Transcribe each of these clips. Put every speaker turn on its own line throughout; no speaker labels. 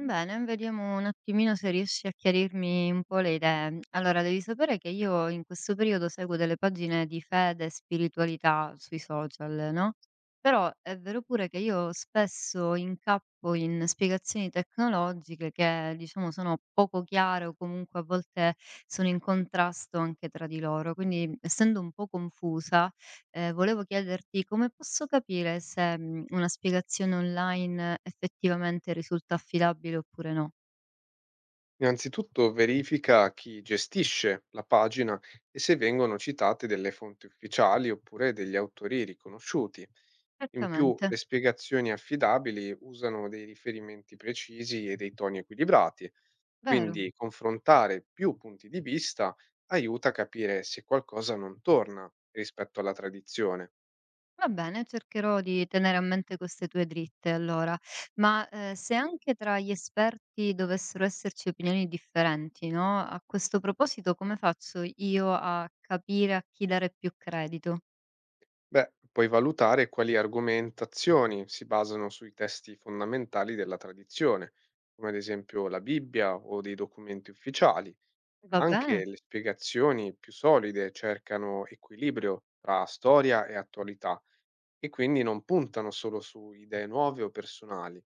Bene, vediamo un attimino se riesci a chiarirmi un po' le idee. Allora, devi sapere che io in questo periodo seguo delle pagine di fede e spiritualità sui social, no? Però è vero pure che io spesso incappo in spiegazioni tecnologiche che, diciamo, sono poco chiare o comunque a volte sono in contrasto anche tra di loro. Quindi, essendo un po' confusa, volevo chiederti come posso capire se, una spiegazione online effettivamente risulta affidabile oppure no?
Innanzitutto verifica chi gestisce la pagina e se vengono citate delle fonti ufficiali oppure degli autori riconosciuti. In più,
Certamente,
le spiegazioni affidabili usano dei riferimenti precisi e dei toni equilibrati,
vero.
quindi confrontare più punti di vista aiuta a capire se qualcosa non torna rispetto alla tradizione.
Va bene, cercherò di tenere a mente queste tue dritte allora. Ma, se anche tra gli esperti dovessero esserci opinioni differenti, no, a questo proposito come faccio io a capire a chi dare più credito?
Beh, puoi valutare quali argomentazioni si basano sui testi fondamentali della tradizione, come ad esempio la Bibbia o dei documenti ufficiali.
Va bene?
Anche le spiegazioni più solide cercano equilibrio tra storia e attualità e quindi non puntano solo su idee nuove o personali.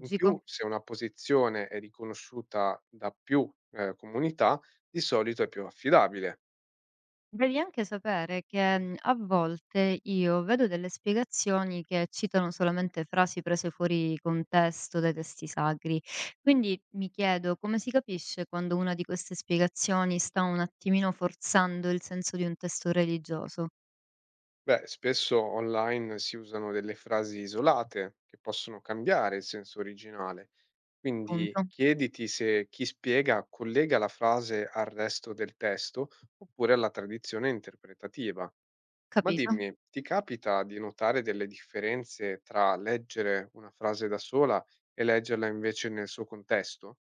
In più, se una posizione è riconosciuta da più comunità, di solito è più affidabile.
Devi anche sapere che a volte io vedo delle spiegazioni che citano solamente frasi prese fuori contesto dai testi sacri, quindi mi chiedo come si capisce quando una di queste spiegazioni sta un attimino forzando il senso di un testo religioso.
Beh, spesso online si usano delle frasi isolate che possono cambiare il senso originale, quindi
Punto.
chiediti se chi spiega collega la frase al resto del testo oppure alla tradizione interpretativa. Ma
Capito?
dimmi, ti capita di notare delle differenze tra leggere una frase da sola e leggerla invece nel suo contesto,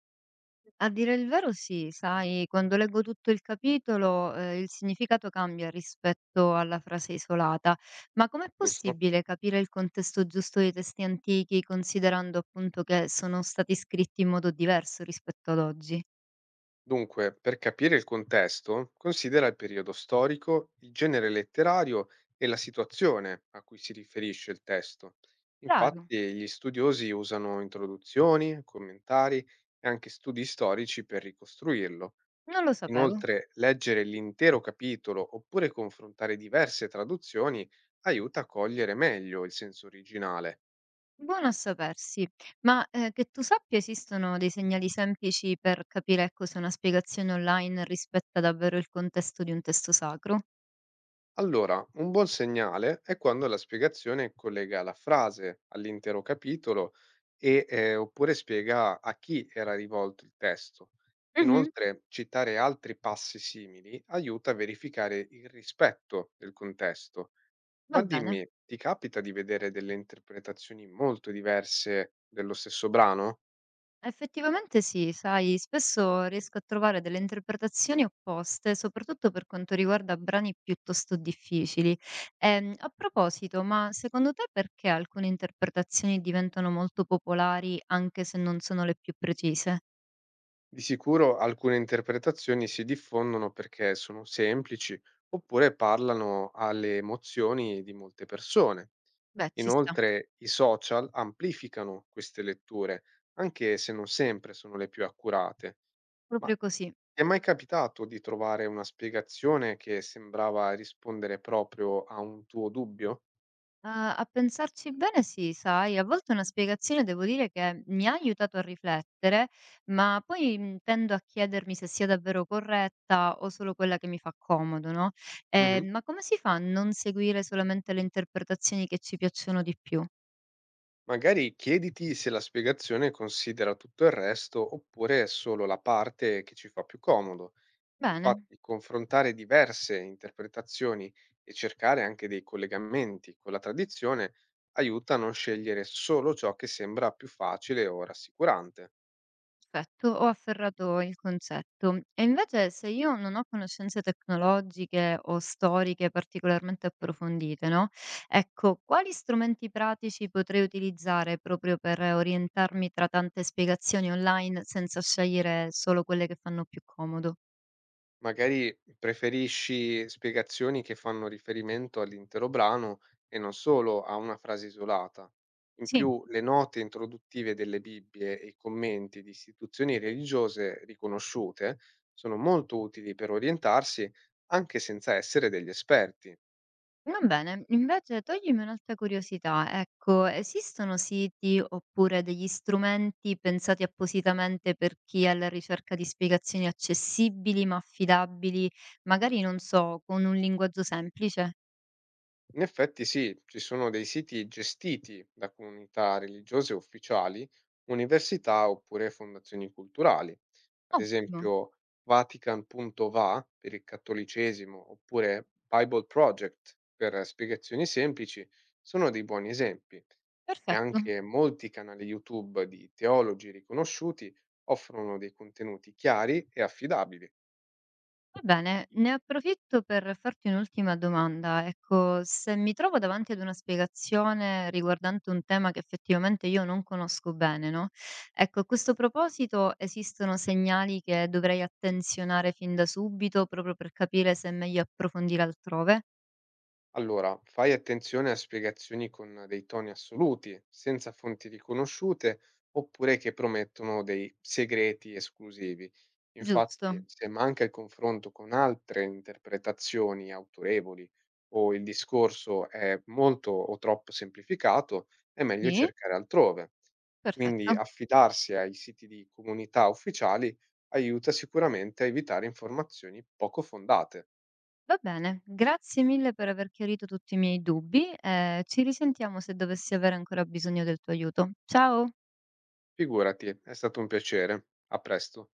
A dire il vero sì, sai, quando leggo tutto il capitolo, il significato cambia rispetto alla frase isolata. Ma com'è
giusto?
possibile capire il contesto giusto dei testi antichi, considerando appunto che sono stati scritti in modo diverso rispetto ad oggi?
Dunque, per capire il contesto, considera il periodo storico, il genere letterario e la situazione a cui si riferisce il testo.
Raro,
Infatti, gli studiosi usano introduzioni, commentari e anche studi storici per ricostruirlo.
non lo sapevo.
Inoltre, leggere l'intero capitolo oppure confrontare diverse traduzioni aiuta a cogliere meglio il senso originale.
Buono a sapersi, ma, che tu sappia esistono dei segnali semplici per capire, ecco, se una spiegazione online rispetta davvero il contesto di un testo sacro?
Allora, un buon segnale è quando la spiegazione collega la frase all'intero capitolo oppure spiega a chi era rivolto il testo.
Mh-mh,
Inoltre, citare altri passi simili aiuta a verificare il rispetto del contesto.
va
Ma
bene.
dimmi, ti capita di vedere delle interpretazioni molto diverse dello stesso brano?
Effettivamente sì, sai, spesso riesco a trovare delle interpretazioni opposte, soprattutto per quanto riguarda brani piuttosto difficili. A proposito, ma secondo te perché alcune interpretazioni diventano molto popolari anche se non sono le più precise?
Di sicuro alcune interpretazioni si diffondono perché sono semplici oppure parlano alle emozioni di molte persone.
Beh, ci sta,
Inoltre i social amplificano queste letture, anche se non sempre sono le più accurate. Ma
proprio
ti
così.
è mai capitato di trovare una spiegazione che sembrava rispondere proprio a un tuo dubbio?
Ah, a pensarci bene, sì, sai, a volte una spiegazione devo dire che mi ha aiutato a riflettere, ma poi tendo a chiedermi se sia davvero corretta o solo quella che mi fa comodo, no?
Mhm.
Ma come si fa a non seguire solamente le interpretazioni che ci piacciono di più?
Magari chiediti se la spiegazione considera tutto il resto oppure solo la parte che ci fa più comodo.
Bene.
Infatti, confrontare diverse interpretazioni e cercare anche dei collegamenti con la tradizione aiuta a non scegliere solo ciò che sembra più facile o rassicurante.
Perfetto, ho afferrato il concetto. E invece se io non ho conoscenze tecnologiche o storiche particolarmente approfondite, no? Ecco, quali strumenti pratici potrei utilizzare proprio per orientarmi tra tante spiegazioni online senza scegliere solo quelle che fanno più comodo?
Magari preferisci spiegazioni che fanno riferimento all'intero brano e non solo a una frase isolata. In
Sì.
più, le note introduttive delle Bibbie e i commenti di istituzioni religiose riconosciute sono molto utili per orientarsi anche senza essere degli esperti.
Va bene, invece toglimi un'altra curiosità, ecco, esistono siti oppure degli strumenti pensati appositamente per chi è alla ricerca di spiegazioni accessibili ma affidabili, magari non so, con un linguaggio semplice?
In effetti sì, ci sono dei siti gestiti da comunità religiose ufficiali, università oppure fondazioni culturali, ad
Ottimo,
esempio Vatican.va per il cattolicesimo oppure Bible Project per spiegazioni semplici, sono dei buoni esempi e
perfetto.
anche molti canali YouTube di teologi riconosciuti offrono dei contenuti chiari e affidabili.
Va bene, ne approfitto per farti un'ultima domanda. Ecco, se mi trovo davanti ad una spiegazione riguardante un tema che effettivamente io non conosco bene, no? Ecco, a questo proposito esistono segnali che dovrei attenzionare fin da subito proprio per capire se è meglio approfondire altrove?
Allora, fai attenzione a spiegazioni con dei toni assoluti, senza fonti riconosciute, oppure che promettono dei segreti esclusivi.
Giusto?
Infatti, se manca il confronto con altre interpretazioni autorevoli o il discorso è molto o troppo semplificato, è meglio
Sì?
cercare altrove.
Perfetto.
Quindi affidarsi ai siti di comunità ufficiali aiuta sicuramente a evitare informazioni poco fondate.
Va bene, grazie mille per aver chiarito tutti i miei dubbi e ci risentiamo se dovessi avere ancora bisogno del tuo aiuto. Ciao!
Figurati, è stato un piacere. A presto.